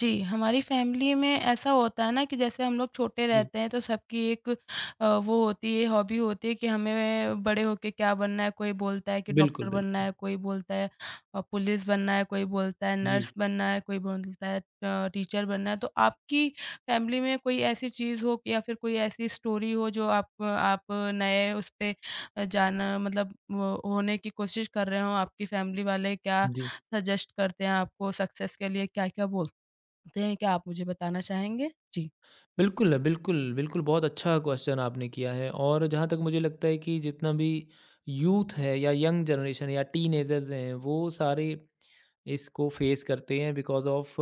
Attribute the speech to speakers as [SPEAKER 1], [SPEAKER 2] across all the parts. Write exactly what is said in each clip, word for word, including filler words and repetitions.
[SPEAKER 1] जी, हमारी फैमिली में ऐसा होता है ना कि जैसे हम लोग छोटे
[SPEAKER 2] जी,
[SPEAKER 1] रहते हैं तो सबकी एक अ, वो होती है हॉबी होती है कि हमें बड़े होके क्या बनना है, कोई बोलता है कि
[SPEAKER 2] बिल्कुल,
[SPEAKER 1] डॉक्टर बनना
[SPEAKER 2] बिल्कुल।
[SPEAKER 1] है, कोई बोलता है अ, पुलिस बनना है, कोई बोलता है
[SPEAKER 2] जी,
[SPEAKER 1] नर्स बनना है, कोई बोलता है अ, टीचर बनना है। तो आपकी फैमिली में कोई ऐसी चीज़ हो या फिर कोई ऐसी स्टोरी हो जो आप आप नए उस पे अ, जाना मतलब वो होने की कोशिश कर रहे हों, आपकी फैमिली वाले क्या
[SPEAKER 2] जी।
[SPEAKER 1] सजेस्ट करते हैं आपको सक्सेस के लिए क्या-क्या बोलते हैं? ते हैं, क्या आप मुझे बताना चाहेंगे? जी।
[SPEAKER 2] बिल्कुल, बिल्कुल, बिल्कुल बहुत अच्छा क्वेश्चन आपने किया है और जहाँ तक मुझे लगता है कि जितना भी यूथ है या यंग जनरेशन या टीनेजर्स हैं, वो सारे इसको फेस करते हैं बिकॉज़ ऑफ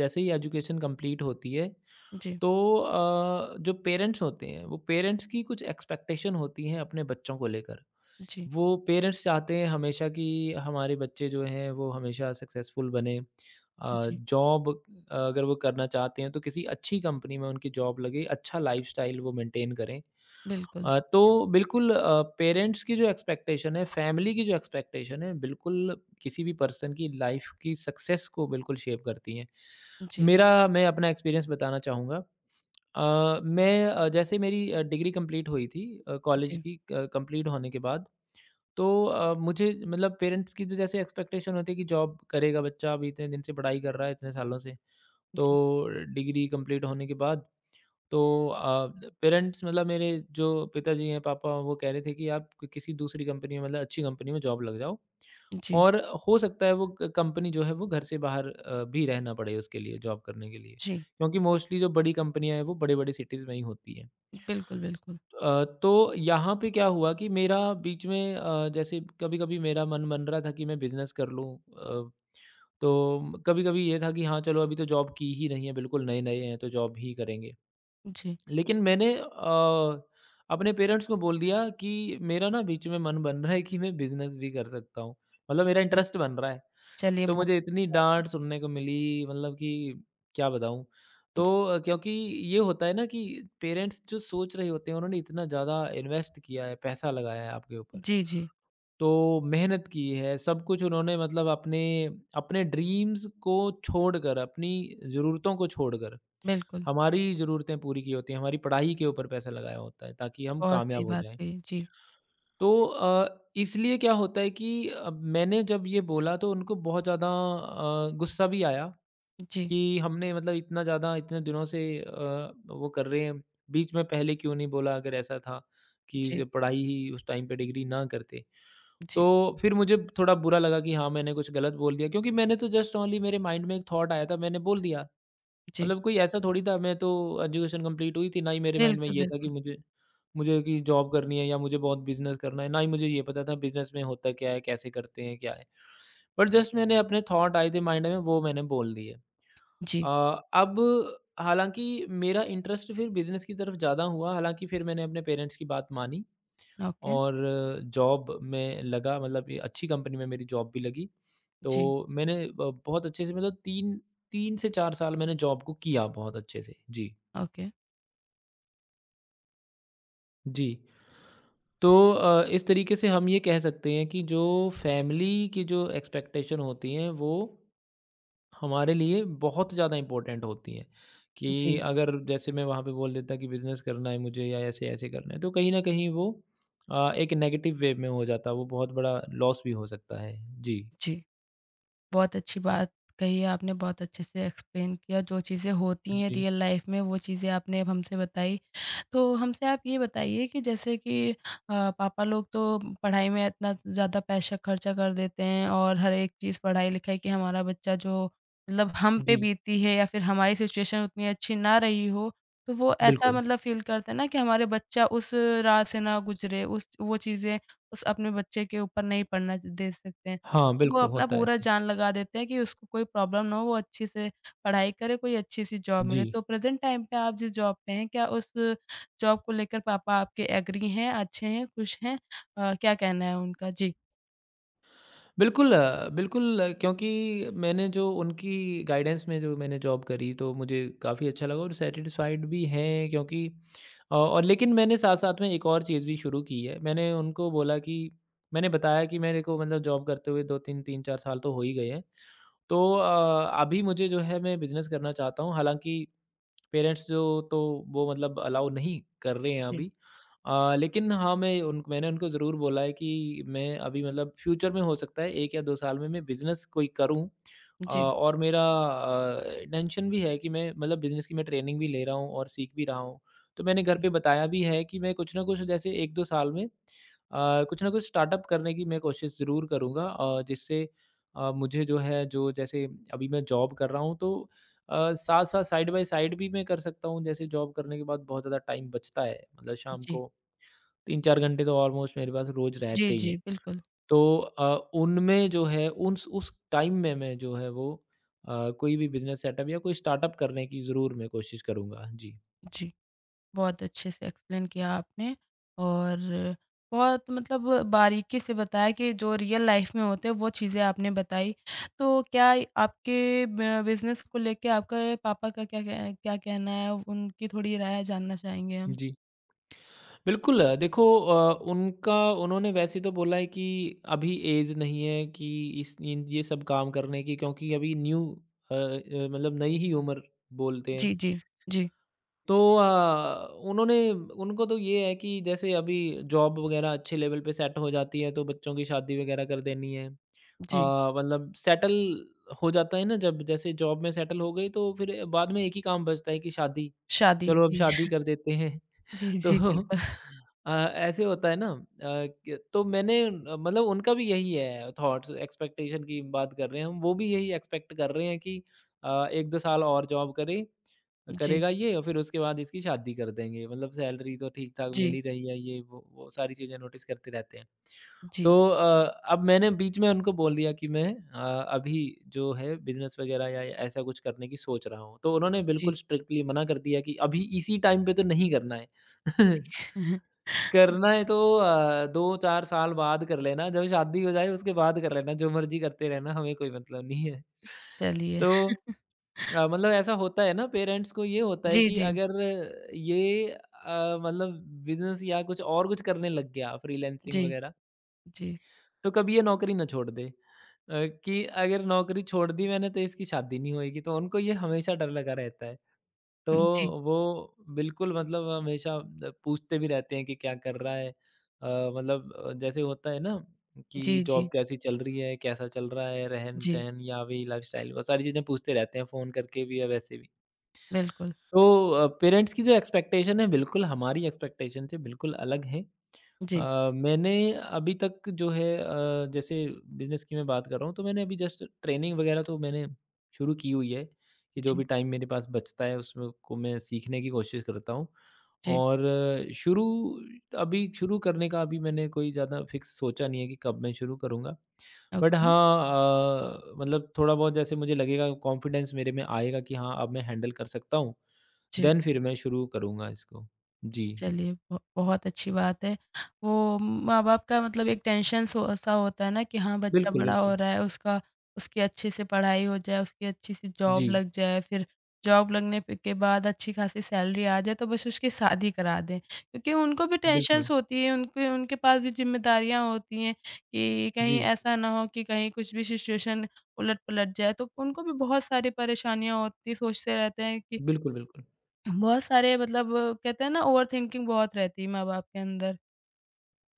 [SPEAKER 2] जैसे ही एजुकेशन कंप्लीट होती है,
[SPEAKER 1] जी,
[SPEAKER 2] तो अ, जो पेरेंट्स होते हैं, वो पेरेंट्स की कुछ एक्सपेक्टेशन होती हैं अपने बच्चों को लेकर।
[SPEAKER 1] जी,
[SPEAKER 2] वो पेरेंट्स चाहते हैं हमेशा कि हमारे बच्चे जो हैं वो हमेशा सक्सेसफुल बने। अ,
[SPEAKER 1] जी,
[SPEAKER 2] जॉब अगर वो करना चाहते हैं तो किसी अच्छी कंपनी में उनकी जॉब लगे, अच्छा लाइफ़स्टाइल वो मेंटेन करें।
[SPEAKER 1] बिल्कुल।
[SPEAKER 2] अ, तो बिल्कुल अ, पेरेंट्स की जो एक्सपेक्टेशन है, फैमिली की जो एक्सपेक्टेशन है, बिल्कुल किसी भी पर्सन की लाइफ़ की सक्सेस को बिल्कुल शेप करती हैं।
[SPEAKER 1] जी,
[SPEAKER 2] मेरा मैं अपना एक्सपीरियंस बताना चाहूँगा। अ, मैं अ, जैसे मेरी अ, डिग्री कंप्लीट हुई थी अ, कॉलेज
[SPEAKER 1] जी,
[SPEAKER 2] की क कंप्लीट होने के बाद तो अ, मुझे मतलब पेरेंट्स की तो जैसे एक्सपेक्टेशन होती है कि जॉब करेगा बच्चा, अभी इतने दिन से पढ़ाई कर रहा है, इतने सालों से। तो
[SPEAKER 1] जी,
[SPEAKER 2] डिग्री कंप्लीट होने के बाद तो अ, पेरेंट्स मतलब मेरे जो पिताजी हैं, पापा, वो कह रहे थे कि आप कि- किसी दूसरी कंपनी में मतलब अच्छी कंपनी में जॉब लग जाओ
[SPEAKER 1] जी,
[SPEAKER 2] और हो सकता है वो क कंपनी जो है वो घर से बाहर अ, भी रहना पड़े उसके लिए, जॉब करने के लिए।
[SPEAKER 1] जी,
[SPEAKER 2] क्योंकि मोस्टली जो बड़ी कंपनियाँ हैं, वो बड़े-बड़े सिटीज़ में ही होती हैं।
[SPEAKER 1] बिल्कुल, बिल्कुल।
[SPEAKER 2] अ, तो यहाँ पे क्या हुआ कि मेरा बीच में अ, जैसे कभी-कभी मेरा मन बन रहा था कि मैं बिज़नेस कर लूँ। अ, तो कभी-कभी ये था कि हाँ, चलो अभी तो जॉब की ही नहीं है, बिल्कुल नए-नए हैं तो जॉब ही करेंगे।
[SPEAKER 1] जी,
[SPEAKER 2] लेकिन मैंने अ, अपने पेरेंट्स को बोल दिया कि मेरा ना बीच में मन बन रहा है कि मैं बिज़नेस भी कर सकता हूँ। मतलब मेरा
[SPEAKER 1] जी,
[SPEAKER 2] इंटरेस्ट बन रहा है।
[SPEAKER 1] चलिए
[SPEAKER 2] तो
[SPEAKER 1] बहुत
[SPEAKER 2] मुझे इतनी
[SPEAKER 1] अच्छी बात
[SPEAKER 2] डाँट सुनने को मिली मतलब कि क्या बताऊँ। तो
[SPEAKER 1] है। जी,
[SPEAKER 2] अ, क्योंकि ये होता है ना कि पेरेंट्स जो सोच रहे होते हैं उन्होंने इतना ज़्यादा इन्वेस्ट किया है, पैसा लगाया है आपके ऊपर।
[SPEAKER 1] जी, जी,
[SPEAKER 2] तो मेहनत की है, सब कुछ उन्होंने मतलब अपने अपने ड्रीम्स को छोड़कर, अपनी ज़रूरतों को छोड़कर,
[SPEAKER 1] बिल्कुल,
[SPEAKER 2] हमारी ज़रूरतें पूरी की होती हैं, हमारी पढ़ाई के ऊपर पैसा लगाया होता है ताकि हम
[SPEAKER 1] बहुत
[SPEAKER 2] कामयाब
[SPEAKER 1] सही
[SPEAKER 2] हो
[SPEAKER 1] बात
[SPEAKER 2] जाएँ।
[SPEAKER 1] कही। जी,
[SPEAKER 2] तो अ, इसलिए क्या होता है कि अब मैंने जब ये बोला तो उनको बहुत ज़्यादा अ, गुस्सा भी आया
[SPEAKER 1] जी,
[SPEAKER 2] कि हमने मतलब इतना ज़्यादा इतने दिनों से अ, वो कर रहे हैं, बीच में पहले क्यों नहीं बोला अगर ऐसा था कि
[SPEAKER 1] जी,
[SPEAKER 2] पढ़ाई ही उस टाइम पे डिग्री ना करते।
[SPEAKER 1] जी,
[SPEAKER 2] तो फिर मुझे थोड़ा बुरा लगा कि हाँ, मैंने कुछ गलत बोल दिया क्योंकि मैंने तो जस्ट ओनली मेरे माइंड में एक थॉट आया था, मैंने बोल दिया।
[SPEAKER 1] जी,
[SPEAKER 2] मतलब कोई ऐसा थोड़ी था मैं तो एजुकेशन कंप्लीट हुई थी, ना ही मेरे माइंड में
[SPEAKER 1] बिल्कुल,
[SPEAKER 2] ये था कि
[SPEAKER 1] बिल्कुल।
[SPEAKER 2] मुझे मुझे कि जॉब करनी है या मुझे बहुत बिज़नेस करना है, ना ही मुझे ये पता था बिज़नेस में होता क्या है, कैसे करते हैं, क्या है। बट जस्ट मैंने अपने थॉट आए थे माइंड में वो मैंने बोल दिए। अ,
[SPEAKER 1] जी,
[SPEAKER 2] अब हालाँकि मेरा इंटरेस्ट फिर बिज़नेस की तरफ ज़्यादा हुआ, हालाँकि फिर मैंने अपने पेरेंट्स की बात मानी
[SPEAKER 1] ओके,
[SPEAKER 2] और जॉब में लगा मतलब ये अच्छी कंपनी में मेरी जॉब भी लगी।
[SPEAKER 1] जी,
[SPEAKER 2] तो मैंने ब बहुत अच्छे से मतलब तीन तीन से चार साल मैंने जॉब को किया बहुत अच्छे से। जी।
[SPEAKER 1] ओके,
[SPEAKER 2] जी। तो अ, इस तरीके से हम ये कह सकते हैं कि जो फैमिली की जो एक्सपेक्टेशन होती हैं वो हमारे लिए बहुत ज़्यादा इम्पोर्टेंट होती हैं कि
[SPEAKER 1] जी,
[SPEAKER 2] अगर जैसे मैं वहाँ पे बोल देता कि बिज़नेस करना है मुझे या ऐसे-ऐसे करना है, तो कहीं न कहीं वो अ, एक नेगेटिव वे में हो जाता है, वो बहुत बड़ा लॉस भी हो सकता है। जी,
[SPEAKER 1] जी। बहुत अच्छी बात कही है आपने, बहुत अच्छे से एक्सप्लेन किया, जो चीज़ें होती हैं
[SPEAKER 2] जी,
[SPEAKER 1] रियल लाइफ़ में वो चीज़ें आपने अब हमसे बताई। तो हमसे आप ये बताइए कि जैसे कि अ, पापा लोग तो पढ़ाई में इतना ज़्यादा पैसा खर्चा कर देते हैं और हर एक चीज़ पढ़ाई-लिखाई कि हमारा बच्चा जो मतलब हम पे
[SPEAKER 2] जी,
[SPEAKER 1] बीती है या फिर हमारी सिचुएशन उतनी अच्छी ना रही हो, तो वो ऐसा
[SPEAKER 2] बिल्कुल।
[SPEAKER 1] मतलब फ़ील करते हैं ना कि हमारे बच्चा उस राह से ना गुज़रे, उस वो चीज़ें उस अपने बच्चे के ऊपर नहीं पड़ना दे सकते हैं।
[SPEAKER 2] हाँ,
[SPEAKER 1] वो
[SPEAKER 2] बिल्कुल
[SPEAKER 1] अपना
[SPEAKER 2] होता है
[SPEAKER 1] पूरा
[SPEAKER 2] ऐसे।
[SPEAKER 1] जान लगा देते हैं कि उसको कोई प्रॉब्लम ना हो, वो अच्छे से पढ़ाई करे, कोई अच्छी-सी जॉब
[SPEAKER 2] जी।
[SPEAKER 1] मिले। तो प्रेज़ेंट टाइम पे आप जिस जॉब पे हैं, क्या उस जॉब को लेकर पापा आपके एग्री हैं, अच्छे हैं, खुश हैं? अ, क्या कहना है उनका? जी,
[SPEAKER 2] बिल्कुल अ, बिल्कुल अ, क्योंकि मैंने जो उनकी गाइडेंस में जो मैंने जॉब करी तो मुझे काफ़ी अच्छा लगा और सैटिस्फाइड भी हैं क्योंकि अ, और लेकिन मैंने साथ साथ में एक और चीज़ भी शुरू की है मैंने उनको बोला कि मैंने बताया कि मेरे को मतलब जॉब करते हुए दो तीन तीन चार साल तो हो ही गए हैं तो अ, अभी मुझे जो है मैं बिजनेस करना चाहता हूँ हालांकि पेरेंट्स जो तो वो मतलब अलाउ नहीं कर रहे हैं
[SPEAKER 1] जी,
[SPEAKER 2] अभी। अ, लेकिन हाँ, मैं उन मैंने उनको ज़रूर बोला है कि मैं अभी मतलब फ्यूचर में हो सकता है एक या दो साल में मैं बिज़नेस कोई करूँ। अ,
[SPEAKER 1] जी,
[SPEAKER 2] और मेरा अ, इंटेंशन भी है कि मैं मतलब बिज़नेस की मैं ट्रेनिंग भी ले रहा हूँ और सीख भी रहा हूँ। तो मैंने घर
[SPEAKER 1] जी,
[SPEAKER 2] पे बताया भी है कि मैं कुछ ना कुछ जैसे एक दो साल में अ, कुछ ना कुछ स्टार्टअप करने की मैं कोशिश ज़रूर करूँगा अ, जिससे अ, मुझे जो है जो जैसे अभी मैं जॉब कर रहा हूँ तो अ, साथ-साथ साइड बाय साइड भी मैं कर सकता हूँ, जैसे जॉब करने के बाद बहुत ज़्यादा टाइम बचता है, मतलब शाम को
[SPEAKER 1] जी,
[SPEAKER 2] तीन चार घंटे तो ऑलमोस्ट मेरे पास रोज़
[SPEAKER 1] जी,
[SPEAKER 2] रहते ही
[SPEAKER 1] जी,
[SPEAKER 2] हैं।
[SPEAKER 1] बिल्कुल।
[SPEAKER 2] तो अ, उनमें जो है उस उस टाइम में मैं जो है वो अ, कोई भी बिज़नेस सेटअप या कोई स्टार्टअप करने की ज़रूर मैं कोशिश करूँगा। जी।
[SPEAKER 1] जी। बहुत अच्छे से एक्सप्लेन किया आपने और बहुत मतलब बारीकी से बताया कि जो रियल लाइफ में होते हैं वो चीज़ें आपने बताई। तो क्या आपके ब बिज़नेस को लेके आपके पापा का क्या कह क्या कहना है? उनकी थोड़ी राय जानना चाहेंगे हम।
[SPEAKER 2] जी। बिल्कुल, अ, देखो अ, उनका उन्होंने वैसे तो बोला है कि अभी एज नहीं है कि इस इन ये सब काम करने की क्योंकि अभी न्यू अ अ, मतलब नई ही उम्र बोलते हैं
[SPEAKER 1] जी, जी। जी,
[SPEAKER 2] तो अ, उन्होंने उनको तो ये है कि जैसे अभी जॉब वगैरह अच्छे लेवल पे सेट हो जाती है तो बच्चों की शादी वगैरह कर देनी है। अ,
[SPEAKER 1] जी।
[SPEAKER 2] मतलब सेटल हो जाता है ना जब जैसे जॉब में सेटल हो गई तो फिर बाद में एक ही काम बचता है कि शादी,
[SPEAKER 1] शादी,
[SPEAKER 2] चलो अब
[SPEAKER 1] जी।
[SPEAKER 2] शादी कर देते हैं।
[SPEAKER 1] जी,
[SPEAKER 2] तो
[SPEAKER 1] जी, बिल्कुल।
[SPEAKER 2] अ, ऐसे होता है ना अ, क तो मैंने अ, मतलब उनका भी यही है थॉट्स एक्सपेक्टेशन की बात कर रहे हैं हम, वो भी यही एक्सपेक्ट कर रहे हैं कि अ, एक दो साल और जॉब करे
[SPEAKER 1] जी,
[SPEAKER 2] करेगा ये और फिर उसके बाद इसकी शादी कर देंगे। मतलब सैलरी तो ठीक-ठाक मिल
[SPEAKER 1] जी,
[SPEAKER 2] ही रही है, ये वो वो सारी चीज़ें नोटिस करते रहते हैं। तो
[SPEAKER 1] जी,
[SPEAKER 2] अ, अब मैंने बीच में उनको बोल दिया कि मैं अ, अभी जो है बिज़नेस वगैरह या ऐसा कुछ करने की सोच रहा हूँ। तो उन्होंने बिल्कुल
[SPEAKER 1] जी।
[SPEAKER 2] स्ट्रिक्टली मना कर दिया कि अभी इसी टाइम पे तो नहीं करना है। करना है तो अ, दो चार साल बाद कर लेना, जब शादी हो जाए उसके बाद कर लेना, जो मर्ज़ी करते रहना हमें कोई मतलब नहीं है।
[SPEAKER 1] चलिए।
[SPEAKER 2] तो अ, मतलब ऐसा होता है ना पेरेंट्स को ये होता है
[SPEAKER 1] जी,
[SPEAKER 2] कि
[SPEAKER 1] जी,
[SPEAKER 2] अगर ये अ, मतलब बिज़नेस या कुछ और कुछ करने लग गया फ्रीलांसिंग
[SPEAKER 1] जी,
[SPEAKER 2] वग़ैरह,
[SPEAKER 1] जी।
[SPEAKER 2] तो कभी ये नौकरी ना छोड़ दे। अ, कि अगर नौकरी छोड़ दी मैंने तो इसकी शादी नहीं होएगी, तो उनको ये हमेशा डर लगा रहता है। तो
[SPEAKER 1] हुँ, जी।
[SPEAKER 2] वो बिल्कुल मतलब हमेशा द पूछते भी रहते हैं कि क्या कर रहा है? अ, मतलब अ, जैसे होता है ना कि
[SPEAKER 1] जी, जी,
[SPEAKER 2] जॉब कैसी चल रही है? कैसा चल रहा है?
[SPEAKER 1] जी।
[SPEAKER 2] रहन-सहन या अभी लाइफ़स्टाइल वो सारी चीज़ें पूछते रहते हैं फ़ोन करके भी या वैसे भी।
[SPEAKER 1] बिल्कुल।
[SPEAKER 2] तो अ, पेरेंट्स की जो एक्सपेक्टेशन है बिल्कुल हमारी एक्सपेक्टेशन से बिल्कुल अलग है।
[SPEAKER 1] जी,
[SPEAKER 2] अ, मैंने अभी तक जो है अ, जैसे बिज़नेस की मैं बात कर रहा हूँ, तो मैंने अभी जस्ट ट्रेनिंग वगैरह तो मैंने शुरू की हुई है, कि जो
[SPEAKER 1] जी,
[SPEAKER 2] भी टाइम मेरे पास बचता है उसमें को मैं सीखने की कोशिश करता हूँ।
[SPEAKER 1] जी।
[SPEAKER 2] और अ, शुरू अभी शुरू करने का अभी मैंने कोई ज़्यादा फ़िक्स सोचा नहीं है कि कब मैं शुरू करूँगा। But
[SPEAKER 1] okay.
[SPEAKER 2] हाँ अ, मतलब थोड़ा बहुत जैसे मुझे लगेगा कॉन्फिडेंस मेरे में आएगा कि हाँ, अब मैं हैंडल कर सकता हूँ,
[SPEAKER 1] जी,
[SPEAKER 2] देन फिर मैं शुरू करूँगा इसको। जी।
[SPEAKER 1] चलिए ब बहुत अच्छी बात है। वो माँ-बाप का मतलब एक टेंशन सो सा होता है ना कि हाँ, बच्चा
[SPEAKER 2] बिल्कुल,
[SPEAKER 1] बड़ा हो
[SPEAKER 2] बिल्कुल।
[SPEAKER 1] रहा है, उसका उसकी अच्छे से पढ़ाई हो जाए, उसकी अच्छी सी
[SPEAKER 2] जी।
[SPEAKER 1] जॉब लग जाए, फिर जॉब लगने पे के बाद अच्छी खासी सैलरी आ जाए, तो बस उसकी शादी करा दें। क्योंकि उनको भी
[SPEAKER 2] बिल्कुल।
[SPEAKER 1] टेंशन्स होती हैं, उनके उनके पास भी ज़िम्मेदारियाँ होती हैं कि कहीं
[SPEAKER 2] जी,
[SPEAKER 1] ऐसा ना हो कि कहीं कुछ भी सिचुएशन उलट-पलट जाए, तो उनको भी बहुत सारी परेशानियाँ होती हैं, सोचते रहते हैं कि
[SPEAKER 2] बिल्कुल, बिल्कुल।
[SPEAKER 1] बहुत सारे मतलब कहते हैं ना ओवरथिंकिंग बहुत रहती है माँ-बाप के अंदर।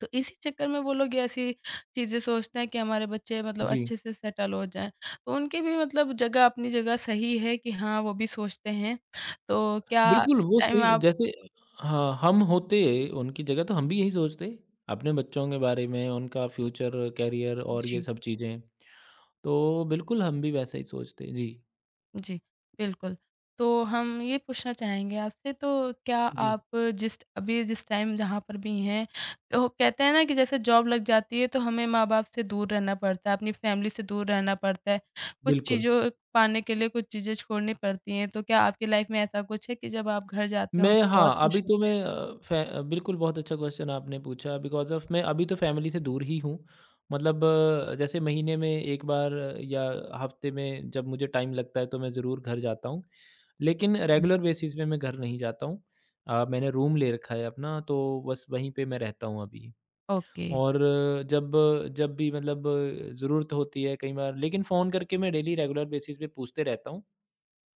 [SPEAKER 1] तो इसी चक्कर में वो लोग ये ऐसी चीज़ें सोचते हैं कि हमारे बच्चे मतलब
[SPEAKER 2] जी,
[SPEAKER 1] अच्छे से सेटल हो जाएँ। तो उनकी भी मतलब जगह अपनी जगह सही है कि हाँ, वो भी सोचते हैं। तो क्या
[SPEAKER 2] बिल्कुल
[SPEAKER 1] इस
[SPEAKER 2] वो
[SPEAKER 1] टाइम
[SPEAKER 2] सही
[SPEAKER 1] आप
[SPEAKER 2] जैसे हाँ, हम होते उनकी जगह तो हम भी यही सोचते अपने बच्चों के बारे में, उनका फ्यूचर, करियर और ये
[SPEAKER 1] जी।
[SPEAKER 2] सब चीज़ें। तो बिल्कुल हम भी वैसा ही सोचते। जी,
[SPEAKER 1] जी, बिल्कुल। तो हम ये पूछना चाहेंगे आपसे तो क्या
[SPEAKER 2] जी,
[SPEAKER 1] आप जिस अभी जिस टाइम जहाँ पर भी हैं तो कहते हैं ना कि जैसे जॉब लग जाती है तो हमें माँ-बाप से दूर रहना पड़ता है, अपनी फैमिली से दूर रहना पड़ता है, कुछ
[SPEAKER 2] बिल्कुल।
[SPEAKER 1] चीज़ों पाने के लिए कुछ चीज़ें छोड़नी पड़ती हैं। तो क्या आपकी लाइफ़ में ऐसा कुछ है कि जब आप घर जाते हो
[SPEAKER 2] मैं
[SPEAKER 1] तो बहुत
[SPEAKER 2] हाँ, अभी
[SPEAKER 1] खुश
[SPEAKER 2] तो
[SPEAKER 1] होते हैं?
[SPEAKER 2] मैं अ, फै अ, बिल्कुल बहुत अच्छा क्वेश्चन आपने पूछा बिकॉज़ ऑफ मैं अभी तो फ़ैमिली से दूर ही हूँ। मतलब अ, जैसे महीने में एक बार अ, या हफ़्ते में जब मुझे टाइम लगता है तो मैं ज़रूर घर जाता हूँ। लेकिन
[SPEAKER 1] जी,
[SPEAKER 2] रेगुलर बेसिस पे मैं घर नहीं जाता हूँ। अ, मैंने रूम ले रखा है अपना तो बस वहीं पे मैं रहता हूँ अभी।
[SPEAKER 1] ओके।
[SPEAKER 2] और जब जब भी मतलब ज़रूरत होती है कई बार लेकिन फ़ोन करके मैं डेली रेगुलर बेसिस पे पूछते रहता हूँ।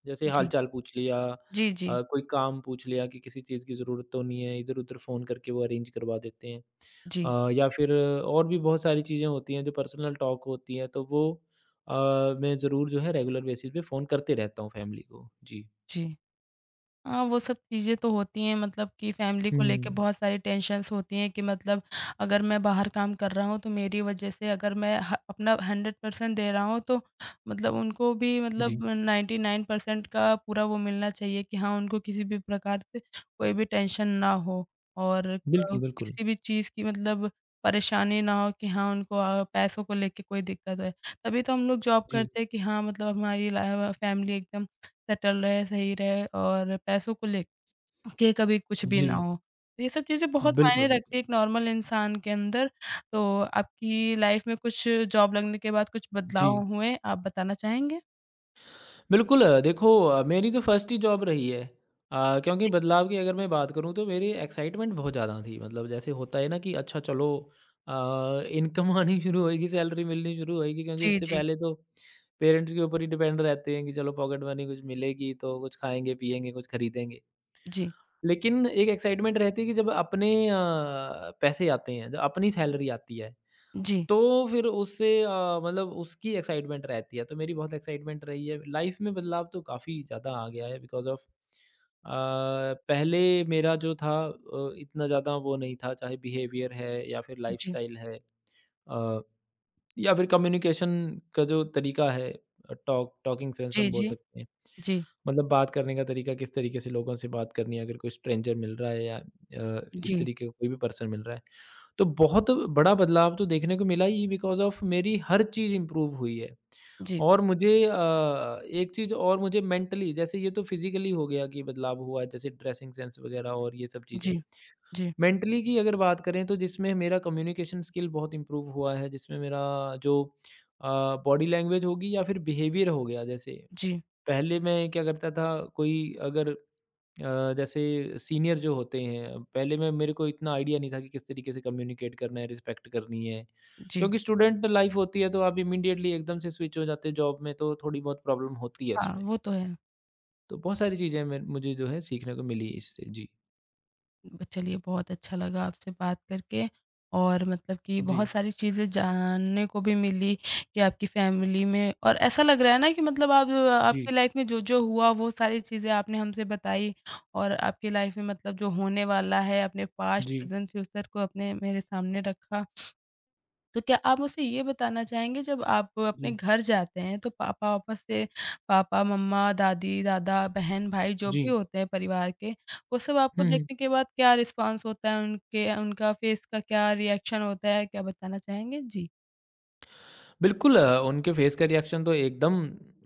[SPEAKER 2] जैसे
[SPEAKER 1] जी।
[SPEAKER 2] हाल-चाल पूछ लिया
[SPEAKER 1] जी, जी।
[SPEAKER 2] अ, कोई काम पूछ लिया कि किसी चीज़ की ज़रूरत तो नहीं है, इधर-उधर फ़ोन करके वो अरेंज करवा देते हैं।
[SPEAKER 1] जी,
[SPEAKER 2] अ, या फिर और भी बहुत सारी चीज़ें होती हैं जो पर्सनल टॉक होती हैं, तो वो अ, मैं ज़रूर जो है रेगुलर बेसिस पे फ़ोन करते रहता हूँ फैमिली को। जी।
[SPEAKER 1] जी। हाँ, वो सब चीज़ें तो होती हैं मतलब कि फैमिली को लेके
[SPEAKER 2] हुँ।
[SPEAKER 1] बहुत सारी टेंशन्स होती हैं कि मतलब अगर मैं बाहर काम कर रहा हूँ तो मेरी वज़ह से अगर मैं ह अपना हंड्रेड परसेंट दे रहा हूँ तो मतलब उनको भी
[SPEAKER 2] जी,
[SPEAKER 1] मतलब नाइंटी नाइन परसेंट का पूरा वो मिलना चाहिए कि हाँ, उनको किसी भी प्रकार से कोई भी टेंशन ना हो और अ,
[SPEAKER 2] बिल्कुल, बिल्कुल।
[SPEAKER 1] किसी भी चीज़ की मतलब परेशानी ना हो कि हाँ, उनको अ, पैसों को लेके कोई दिक्कत है। तभी तो हम लोग जॉब
[SPEAKER 2] जी।
[SPEAKER 1] करते हैं कि हाँ, मतलब हमारी ला फैमिली एकदम सेटल रहे, सही रहे और पैसों को ले के कभी कुछ भी
[SPEAKER 2] जी,
[SPEAKER 1] ना हो। तो ये सब चीज़ें बहुत
[SPEAKER 2] बिल्कुल,
[SPEAKER 1] मायने
[SPEAKER 2] बिल्कुल।
[SPEAKER 1] रखती है एक नॉर्मल इंसान के अंदर। तो आपकी लाइफ़ में कुछ जॉब लगने के बाद कुछ
[SPEAKER 2] जी।
[SPEAKER 1] बदलाव हुए, आप बताना चाहेंगे?
[SPEAKER 2] बिल्कुल अ, देखो अ, मेरी तो फर्स्ट ही जॉब रही है अ, क्योंकि बदलाव की अगर मैं बात करूँ तो मेरी एक्साइटमेंट बहुत ज़्यादा थी मतलब जैसे होता है ना कि अच्छा चलो इनकम आनी शुरू होएगी सैलरी मिलनी शुरू होएगी क्योंकि
[SPEAKER 1] जी,
[SPEAKER 2] उससे
[SPEAKER 1] जी,
[SPEAKER 2] पहले तो पेरेंट्स के ऊपर ही डिपेंड रहते हैं कि चलो पॉकेट मनी कुछ मिलेगी तो कुछ खाएंगे पिएंगे कुछ खरीदेंगे
[SPEAKER 1] जी,
[SPEAKER 2] लेकिन एक एक्साइटमेंट रहती है कि जब अपने अ, पैसे आते हैं जब अपनी सैलरी आती है
[SPEAKER 1] जी,
[SPEAKER 2] तो फिर उससे अ, मतलब उसकी एक्साइटमेंट रहती है, तो मेरी बहुत एक्साइटमेंट रही है। लाइफ़ में बदलाव तो काफ़ी ज़्यादा आ गया है बिकॉज़ ऑफ़ अ, पहले मेरा जो था अ, इतना ज़्यादा वो नहीं था, चाहे बिहेवियर है या फिर
[SPEAKER 1] जी,
[SPEAKER 2] लाइफ़स्टाइल है। अ या फिर कम्युनिकेशन का जो तरीका है अ, टॉक टॉकिंग सेंस
[SPEAKER 1] जी,
[SPEAKER 2] हम बोल
[SPEAKER 1] जी,
[SPEAKER 2] सकते हैं।
[SPEAKER 1] जी,
[SPEAKER 2] मतलब बात करने का तरीका किस तरीके से लोगों से बात करनी है अगर कोई स्ट्रेंजर मिल रहा है या अ,
[SPEAKER 1] जी,
[SPEAKER 2] इस
[SPEAKER 1] जी,
[SPEAKER 2] तरीके का कोई भी पर्सन मिल रहा है। तो बहुत बड़ा बदलाव तो देखने को मिला ही बिकॉज़ ऑफ मेरी हर चीज़ इम्प्रूव हुई है।
[SPEAKER 1] जी,
[SPEAKER 2] और मुझे अ, एक चीज़ और मुझे मेंटली जैसे ये तो फिज़िकली हो गया कि बदलाव हुआ जैसे ड्रेसिंग सेंस वगैरह और ये सब चीज़ें।
[SPEAKER 1] जी,
[SPEAKER 2] मेंटली की अगर बात करें तो जिसमें मेरा कम्युनिकेशन स्किल बहुत इम्प्रूव हुआ है, जिसमें मेरा जो अ, बॉडी लैंग्वेज होगी या फिर बिहेवियर हो गया जैसे
[SPEAKER 1] जी,
[SPEAKER 2] पहले मैं क्या करता था कोई अगर अ, जैसे सीनियर जो होते हैं, पहले मैं मेरे को इतना आइडिया नहीं था कि किस तरीके से कम्युनिकेट करना है, रिस्पेक्ट करनी है।
[SPEAKER 1] जी।
[SPEAKER 2] क्योंकि स्टूडेंट लाइफ होती है तो आप इमीडिएटली एकदम से स्विच हो जाते हो जॉब में तो थोड़ी बहुत प्रॉब्लम होती है
[SPEAKER 1] हाँ, हाँ,
[SPEAKER 2] उसमें।
[SPEAKER 1] वो तो है।
[SPEAKER 2] तो बहुत सारी चीज़ें मैं मुझे जो है सीखने को मिली इससे। जी।
[SPEAKER 1] ब चलिए बहुत अच्छा लगा आपसे बात करके और मतलब कि
[SPEAKER 2] जी।
[SPEAKER 1] बहुत सारी चीज़ें जानने को भी मिली कि आपकी फैमिली में और ऐसा लग रहा है ना कि मतलब आप
[SPEAKER 2] जी।
[SPEAKER 1] आपकी लाइफ में जो-जो हुआ वो सारी चीज़ें आपने हमसे बताई और आपकी लाइफ में मतलब जो होने वाला है, अपने पास्ट,
[SPEAKER 2] जी।
[SPEAKER 1] प्रेज़ेंट, फ्यूचर को अपने मेरे सामने रखा। तो क्या आप मुझसे ये बताना चाहेंगे जब आप अपने
[SPEAKER 2] जी।
[SPEAKER 1] घर जाते हैं तो पापा वापस से पापा, मम्मा, दादी, दादा, बहन, भाई जो
[SPEAKER 2] जी।
[SPEAKER 1] भी होते हैं परिवार के, वो सब आपको
[SPEAKER 2] हुँ, हुँ।
[SPEAKER 1] देखने के बाद क्या रिस्पॉन्स होता है उनके उनका फेस का क्या रिएक्शन होता है? क्या बताना चाहेंगे? जी।
[SPEAKER 2] बिल्कुल अ, उनके फ़ेस का रिएक्शन तो एकदम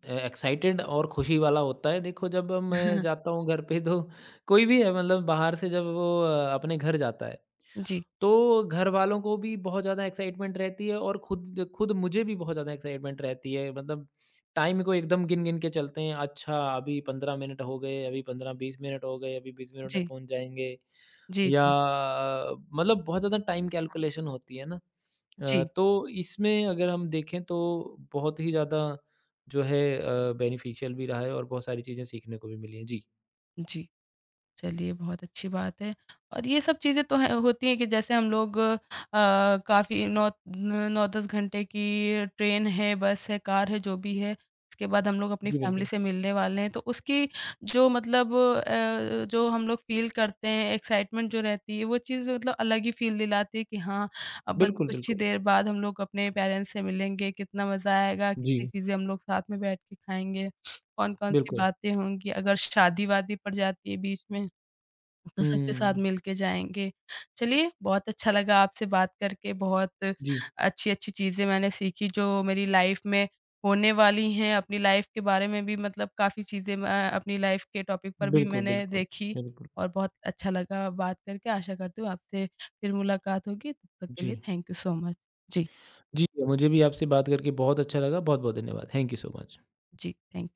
[SPEAKER 2] अ, एक्साइटेड और खुशी वाला होता है। देखो जब मैं जाता हूँ घर पे तो कोई भी है मतलब बाहर से जब वो अ, अपने घर जाता है,
[SPEAKER 1] जी,
[SPEAKER 2] तो घरवालों को भी बहुत ज़्यादा एक्साइटमेंट रहती है और खुद खुद मुझे भी बहुत ज़्यादा एक्साइटमेंट रहती है मतलब टाइम को एकदम गिन-गिन के चलते हैं। अच्छा अभी पंद्रह मिनट हो गए, अभी पंद्रह बीस मिनट हो गए, अभी बीस मिनट में
[SPEAKER 1] जी,
[SPEAKER 2] पहुँच जाएँगे
[SPEAKER 1] जी,
[SPEAKER 2] या मतलब बहुत ज़्यादा टाइम कैलकुलेशन होती है ना। अ,
[SPEAKER 1] जी,
[SPEAKER 2] तो इसमें अगर हम देखें तो बहुत ही ज़्यादा जो है अ, बेनिफिशियल भी रहा है और बहुत सारी चीज़ें सीखने को भी मिली हैं। जी।
[SPEAKER 1] जी, जी। चलिए, बहुत अच्छी बात है और ये सब चीज़ें तो हैं होती हैं कि जैसे हम लोग अ, काफ़ी नौ न नौ दस घंटे की ट्रेन है, बस है, कार है, जो भी है, उसके बाद हम लोग अपनी
[SPEAKER 2] जी,
[SPEAKER 1] फैमिली
[SPEAKER 2] बिल्कुल।
[SPEAKER 1] से मिलने वाले हैं, तो उसकी जो मतलब अ, जो हम लोग फ़ील करते हैं, एक्साइटमेंट जो रहती है, वो चीज़ मतलब अलग ही फ़ील दिलाती है कि हाँ, अब बस
[SPEAKER 2] बिल्कुल,
[SPEAKER 1] कुछ ही
[SPEAKER 2] बिल्कुल।
[SPEAKER 1] देर बाद हम लोग अपने पेरेंट्स से मिलेंगे, कितना मज़ा आएगा, कितनी
[SPEAKER 2] जी,
[SPEAKER 1] चीज़ें हम लोग साथ में बैठ के खाएँगे, कौन-कौन सी
[SPEAKER 2] बिल्कुल।
[SPEAKER 1] बातें होंगी, अगर शादी-वादी पड़ जाती है बीच में तो सबके साथ
[SPEAKER 2] हुँ,
[SPEAKER 1] मिलके जाएँगे। चलिए बहुत अच्छा लगा आपसे बात करके, बहुत
[SPEAKER 2] जी।
[SPEAKER 1] अच्छी-अच्छी चीज़ें मैंने सीखी जो मेरी लाइफ़ में होने वाली हैं, अपनी लाइफ़ के बारे में भी मतलब काफ़ी चीज़ें मैं अपनी लाइफ़ के टॉपिक पर भी
[SPEAKER 2] बिल्कुल,
[SPEAKER 1] मैंने
[SPEAKER 2] बिल्कुल,
[SPEAKER 1] देखी
[SPEAKER 2] बिल्कुल।
[SPEAKER 1] और बहुत अच्छा लगा बात करके। आशा करती हूँ आपसे फिर मुलाकात होगी, तब तक के
[SPEAKER 2] जी।
[SPEAKER 1] लिए थैंक यू सो मच। जी,
[SPEAKER 2] जी, मुझे भी आपसे बात करके बहुत अच्छा लगा। बहुत-बहुत धन्यवाद। Thank you so much.
[SPEAKER 1] जी थैंक यू।